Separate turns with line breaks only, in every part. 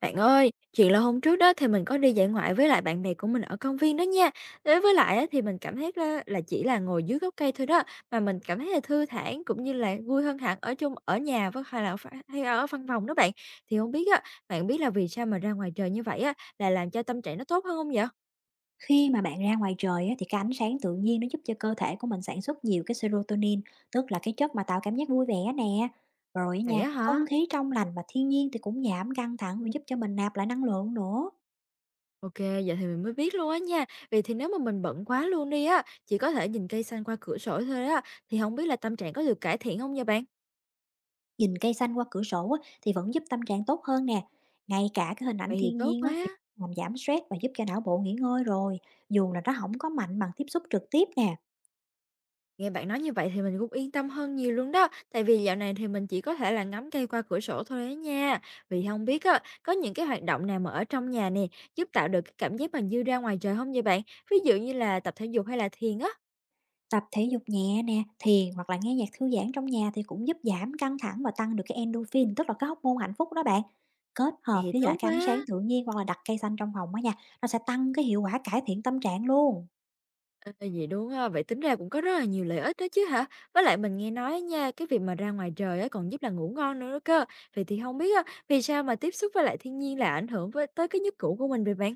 Bạn ơi, chuyện là hôm trước đó thì mình có đi dã ngoại với lại bạn bè của mình ở công viên đó nha. Đối với lại á, thì mình cảm thấy là chỉ là ngồi dưới gốc cây thôi đó mà mình cảm thấy là thư giãn cũng như là vui hơn hẳn ở chung ở nhà với, hay là hay ở văn phòng đó bạn. Thì không biết á, bạn biết là vì sao mà ra ngoài trời như vậy á là làm cho tâm trạng nó tốt hơn không vậy?
Khi mà bạn ra ngoài trời á, thì cái ánh sáng tự nhiên nó giúp cho cơ thể của mình sản xuất nhiều cái serotonin, tức là cái chất mà tạo cảm giác vui vẻ nè. Rồi á
Vậy
nha,
á hả?
không khí trong lành và thiên nhiên thì cũng giảm căng thẳng và giúp cho mình nạp lại năng lượng nữa.
OK, giờ thì mình mới biết luôn á nha. Vì thì nếu mà mình bận quá luôn đi á, chỉ có thể nhìn cây xanh qua cửa sổ thôi á, thì không biết là tâm trạng có được cải thiện không nha bạn?
Nhìn cây xanh qua cửa sổ á, thì vẫn giúp tâm trạng tốt hơn nè. Ngay cả cái hình ảnh
Vậy thì
thiên
tốt
nhiên á, thì
quá.
làm giảm stress và giúp cho não bộ nghỉ ngơi rồi, dù là nó không có mạnh bằng tiếp xúc trực tiếp nè.
Nghe bạn nói như vậy thì mình cũng yên tâm hơn nhiều luôn đó, tại vì dạo này thì mình chỉ có thể là ngắm cây qua cửa sổ thôi đấy nha. Vì không biết á, có những cái hoạt động nào mà ở trong nhà nè, giúp tạo được cái cảm giác mà như ra ngoài trời không vậy bạn? Ví dụ như là tập thể dục hay là thiền á?
Tập thể dục nhẹ nè, thiền hoặc là nghe nhạc thư giãn trong nhà thì cũng giúp giảm căng thẳng và tăng được cái endorphin, tức là cái hormone hạnh phúc đó bạn. Kết
Vậy
hợp
thì
với lại
tốt
cái ánh sáng
quá.
tự nhiên hoặc là đặt cây xanh trong phòng á nha, nó sẽ tăng cái hiệu quả cải thiện tâm trạng luôn.
Ờ, vậy đúng á, vậy tính ra cũng có rất là nhiều lợi ích đó chứ hả? Với lại mình nghe nói nha, cái việc mà ra ngoài trời á còn giúp là ngủ ngon nữa đó cơ. Vậy thì không biết á, vì sao mà tiếp xúc với lại thiên nhiên lại ảnh hưởng với tới cái giấc ngủ của mình vậy bạn?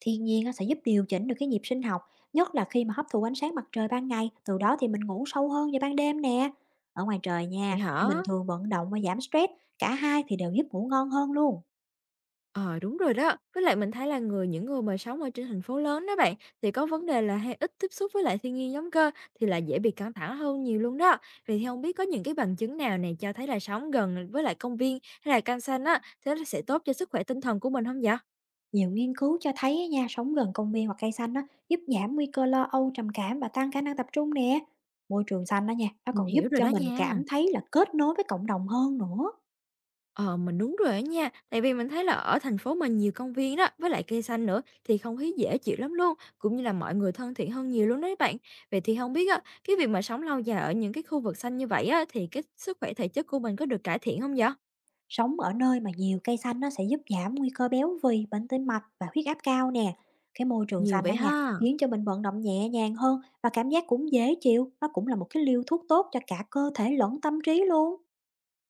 Thiên nhiên á, sẽ giúp điều chỉnh được cái nhịp sinh học, nhất là khi mà hấp thụ ánh sáng mặt trời ban ngày, từ đó thì mình ngủ sâu hơn vào ban đêm nè. Ở ngoài trời
Vậy
nha, thì mình
hả?
thường vận động và giảm stress, cả hai thì đều giúp ngủ ngon hơn luôn.
Ờ, đúng rồi đó. Với lại mình thấy là những người mà sống ở trên thành phố lớn đó bạn, thì có vấn đề là hay ít tiếp xúc với lại thiên nhiên giống cơ, thì là dễ bị căng thẳng hơn nhiều luôn đó. Vậy thì không biết có những cái bằng chứng nào này cho thấy là sống gần với lại công viên hay là căng xanh á, thế nó sẽ tốt cho sức khỏe tinh thần của mình không vậy?
Nhiều nghiên cứu cho thấy á nha, sống gần công viên hoặc cây xanh á, giúp giảm nguy cơ lo âu, trầm cảm và tăng khả năng tập trung nè. Môi trường xanh đó nha, nó
Mình
còn giúp
hiểu rồi
cho
đó
mình
nha.
cảm thấy là kết nối với cộng đồng hơn nữa.
Ờ, mình đúng rồi á nha, tại vì mình thấy là ở thành phố mình nhiều công viên đó, với lại cây xanh nữa thì không khí dễ chịu lắm luôn, cũng như là mọi người thân thiện hơn nhiều luôn đấy bạn. Vậy thì không biết á, cái việc mà sống lâu dài ở những cái khu vực xanh như vậy á, thì cái sức khỏe thể chất của mình có được cải thiện không vậy?
Sống ở nơi mà nhiều cây xanh nó sẽ giúp giảm nguy cơ béo phì, bệnh tim mạch và huyết áp cao nè. Cái môi trường
Nhiều
xanh
vậy
đó nha,
ha.
khiến cho mình vận động nhẹ nhàng hơn và cảm giác cũng dễ chịu. Nó cũng là một cái liều thuốc tốt cho cả cơ thể lẫn tâm trí luôn.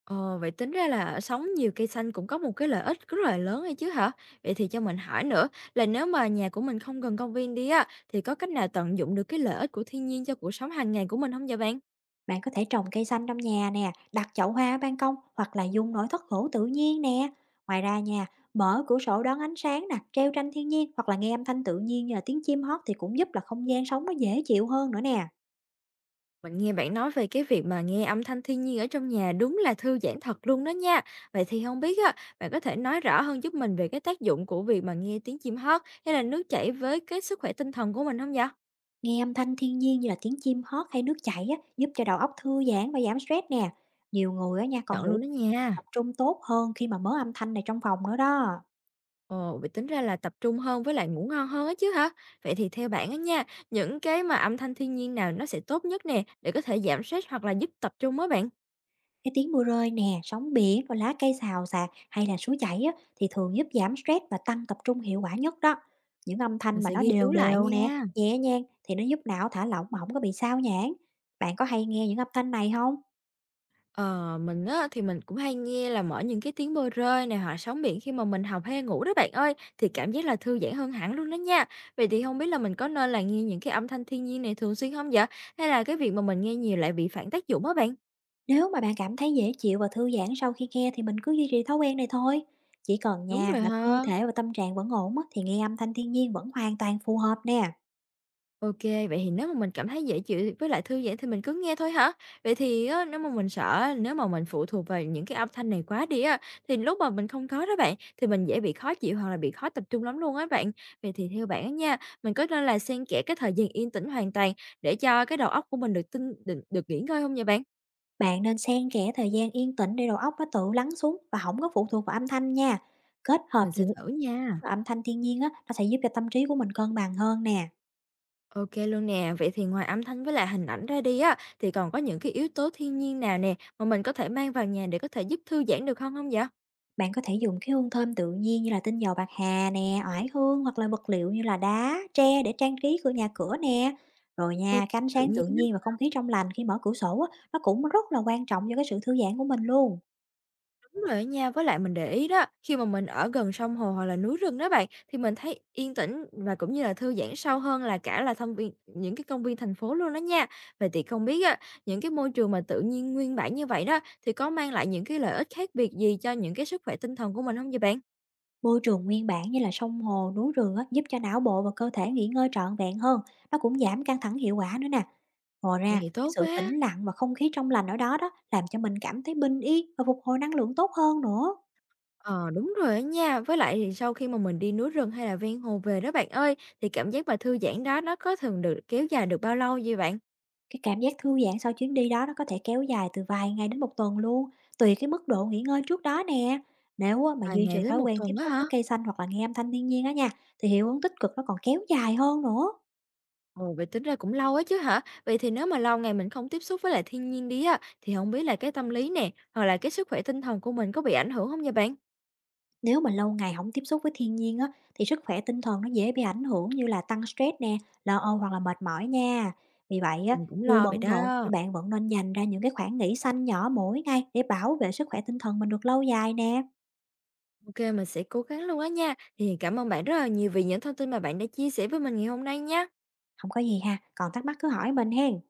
Ờ, vậy tính ra là sống nhiều cây xanh cũng có một cái lợi ích rất là lớn ấy chứ hả? Vậy thì cho mình hỏi nữa, là nếu mà nhà của mình không gần công viên đi á, thì có cách nào tận dụng được cái lợi ích của thiên nhiên cho cuộc sống hàng ngày của mình không vậy bạn?
Bạn có thể trồng cây xanh trong nhà nè, đặt chậu hoa ở ban công hoặc là dùng nội thất gỗ tự nhiên nè. Ngoài ra nha, mở cửa sổ đón ánh sáng nè, treo tranh thiên nhiên hoặc là nghe âm thanh tự nhiên như là tiếng chim hót thì cũng giúp là không gian sống nó dễ chịu hơn nữa nè.
Mình nghe bạn nói về cái việc mà nghe âm thanh thiên nhiên ở trong nhà đúng là thư giãn thật luôn đó nha. Vậy thì không biết á, bạn có thể nói rõ hơn giúp mình về cái tác dụng của việc mà nghe tiếng chim hót hay là nước chảy với cái sức khỏe tinh thần của mình không vậy?
Nghe âm thanh thiên nhiên như là tiếng chim hót hay nước chảy á, giúp cho đầu óc thư giãn và giảm stress nè. Nhiều người á nha
Công
còn
nhận
ngủ
luôn đó nha.
tập trung tốt hơn khi mà mở âm thanh này trong phòng nữa đó.
Ồ, vậy tính ra là tập trung hơn với lại ngủ ngon hơn á chứ hả? Vậy thì theo bạn á nha, những cái mà âm thanh thiên nhiên nào nó sẽ tốt nhất nè, để có thể giảm stress hoặc là giúp tập trung á bạn?
Cái tiếng mưa rơi nè, sóng biển, rồi lá cây xào xạc hay là suối chảy á, thì thường giúp giảm stress và tăng tập trung hiệu quả nhất đó. Những âm
Mình
thanh mà
sẽ
nó
ghi
đều
chú lại
đều nè,
nha.
nhẹ nhàng thì nó giúp não thả lỏng mà không có bị sao nhãng. Bạn có hay nghe những âm thanh này không?
Ờ, mình á, thì mình cũng hay nghe là mở những cái tiếng bơi rơi này hoặc sóng biển khi mà mình học hay ngủ đó bạn ơi, thì cảm giác là thư giãn hơn hẳn luôn đó nha. Vậy thì không biết là mình có nên là nghe những cái âm thanh thiên nhiên này thường xuyên không vậy? Hay là cái việc mà mình nghe nhiều lại bị phản tác dụng á bạn?
Nếu mà bạn cảm thấy dễ chịu và thư giãn sau khi nghe thì mình cứ duy trì thói quen này thôi. Chỉ cần
Đúng
nha
rồi
là cơ
ha.
thể và tâm trạng vẫn ổn á, thì nghe âm thanh thiên nhiên vẫn hoàn toàn phù hợp nè.
OK, vậy thì nếu mà mình cảm thấy dễ chịu với lại thư giãn thì mình cứ nghe thôi hả? Vậy thì á, nếu mà mình sợ á, nếu mà mình phụ thuộc vào những cái âm thanh này quá đi á, thì lúc mà mình không có đó bạn, thì mình dễ bị khó chịu hoặc là bị khó tập trung lắm luôn á bạn. Vậy thì theo bạn á nha, mình có nên là xen kẽ cái thời gian yên tĩnh hoàn toàn để cho cái đầu óc của mình được tinh được được nghỉ ngơi không vậy bạn?
Bạn nên xen kẽ thời gian yên tĩnh để đầu óc nó tự lắng xuống và không có phụ thuộc vào âm thanh nha. Kết hợp
Mình sẽ
giữa
thử nha.
và âm thanh thiên nhiên á, nó sẽ giúp cho tâm trí của mình cân bằng hơn nè.
OK luôn nè. Vậy thì ngoài âm thanh với lại hình ảnh ra đi á, thì còn có những cái yếu tố thiên nhiên nào nè, mà mình có thể mang vào nhà để có thể giúp thư giãn được không không vậy?
Bạn có thể dùng cái hương thơm tự nhiên như là tinh dầu bạc hà nè, oải hương hoặc là vật liệu như là đá, tre để trang trí nhà cửa nè. Rồi
Ừ,
nha, cái ánh
tự
sáng tự
nhiên
nhiên và
á.
không khí trong lành khi mở cửa sổ á, nó cũng rất là quan trọng cho cái sự thư giãn của mình luôn.
Đúng rồi đó nha, với lại mình để ý đó, khi mà mình ở gần sông hồ hoặc là núi rừng đó bạn, thì mình thấy yên tĩnh và cũng như là thư giãn sâu hơn là cả là thông viên những cái công viên thành phố luôn đó nha. Vậy thì không biết á, những cái môi trường mà tự nhiên nguyên bản như vậy đó, thì có mang lại những cái lợi ích khác biệt gì cho những cái sức khỏe tinh thần của mình không vậy bạn?
Môi trường nguyên bản như là sông hồ, núi rừng á, giúp cho não bộ và cơ thể nghỉ ngơi trọn vẹn hơn, nó cũng giảm căng thẳng hiệu quả nữa nè. Ngoài
Vậy
ra,
thì
cái
tốt
sự
quá.
tĩnh lặng và không khí trong lành ở đó đó làm cho mình cảm thấy bình yên và phục hồi năng lượng tốt hơn nữa.
Ờ, đúng rồi á nha, với lại thì sau khi mà mình đi núi rừng hay là ven hồ về đó bạn ơi, thì cảm giác mà thư giãn đó nó có thường được kéo dài được bao lâu vậy bạn?
Cái cảm giác thư giãn sau chuyến đi đó nó có thể kéo dài từ vài ngày đến một tuần luôn, tùy cái mức độ nghỉ ngơi trước đó nè. Nếu á, mà
Vài
duy
ngày
trì
đến
thói
một
quen tiếp
tuần đó
xúc
hả?
với cây xanh hoặc là nghe âm thanh thiên nhiên á nha, thì hiệu ứng tích cực nó còn kéo dài hơn nữa.
Ồ, vậy tính ra cũng lâu ấy chứ hả? Vậy thì nếu mà lâu ngày mình không tiếp xúc với lại thiên nhiên đi á, thì không biết là cái tâm lý nè, hoặc là cái sức khỏe tinh thần của mình có bị ảnh hưởng không nha bạn?
Nếu mà lâu ngày không tiếp xúc với thiên nhiên á, thì sức khỏe tinh thần nó dễ bị ảnh hưởng như là tăng stress nè, lo âu hoặc là mệt mỏi nha. Vì vậy á,
Mình cũng
dù
lo vậy
bận rộn
đó.
thì bạn vẫn nên dành ra những cái khoảng nghỉ xanh nhỏ mỗi ngày để bảo vệ sức khỏe tinh thần mình được lâu dài nè.
OK, mình sẽ cố gắng luôn á nha. Thì cảm ơn bạn rất là nhiều vì những thông tin mà bạn đã chia sẻ với mình ngày hôm nay nha.
Không có gì ha, còn thắc mắc cứ hỏi mình hen.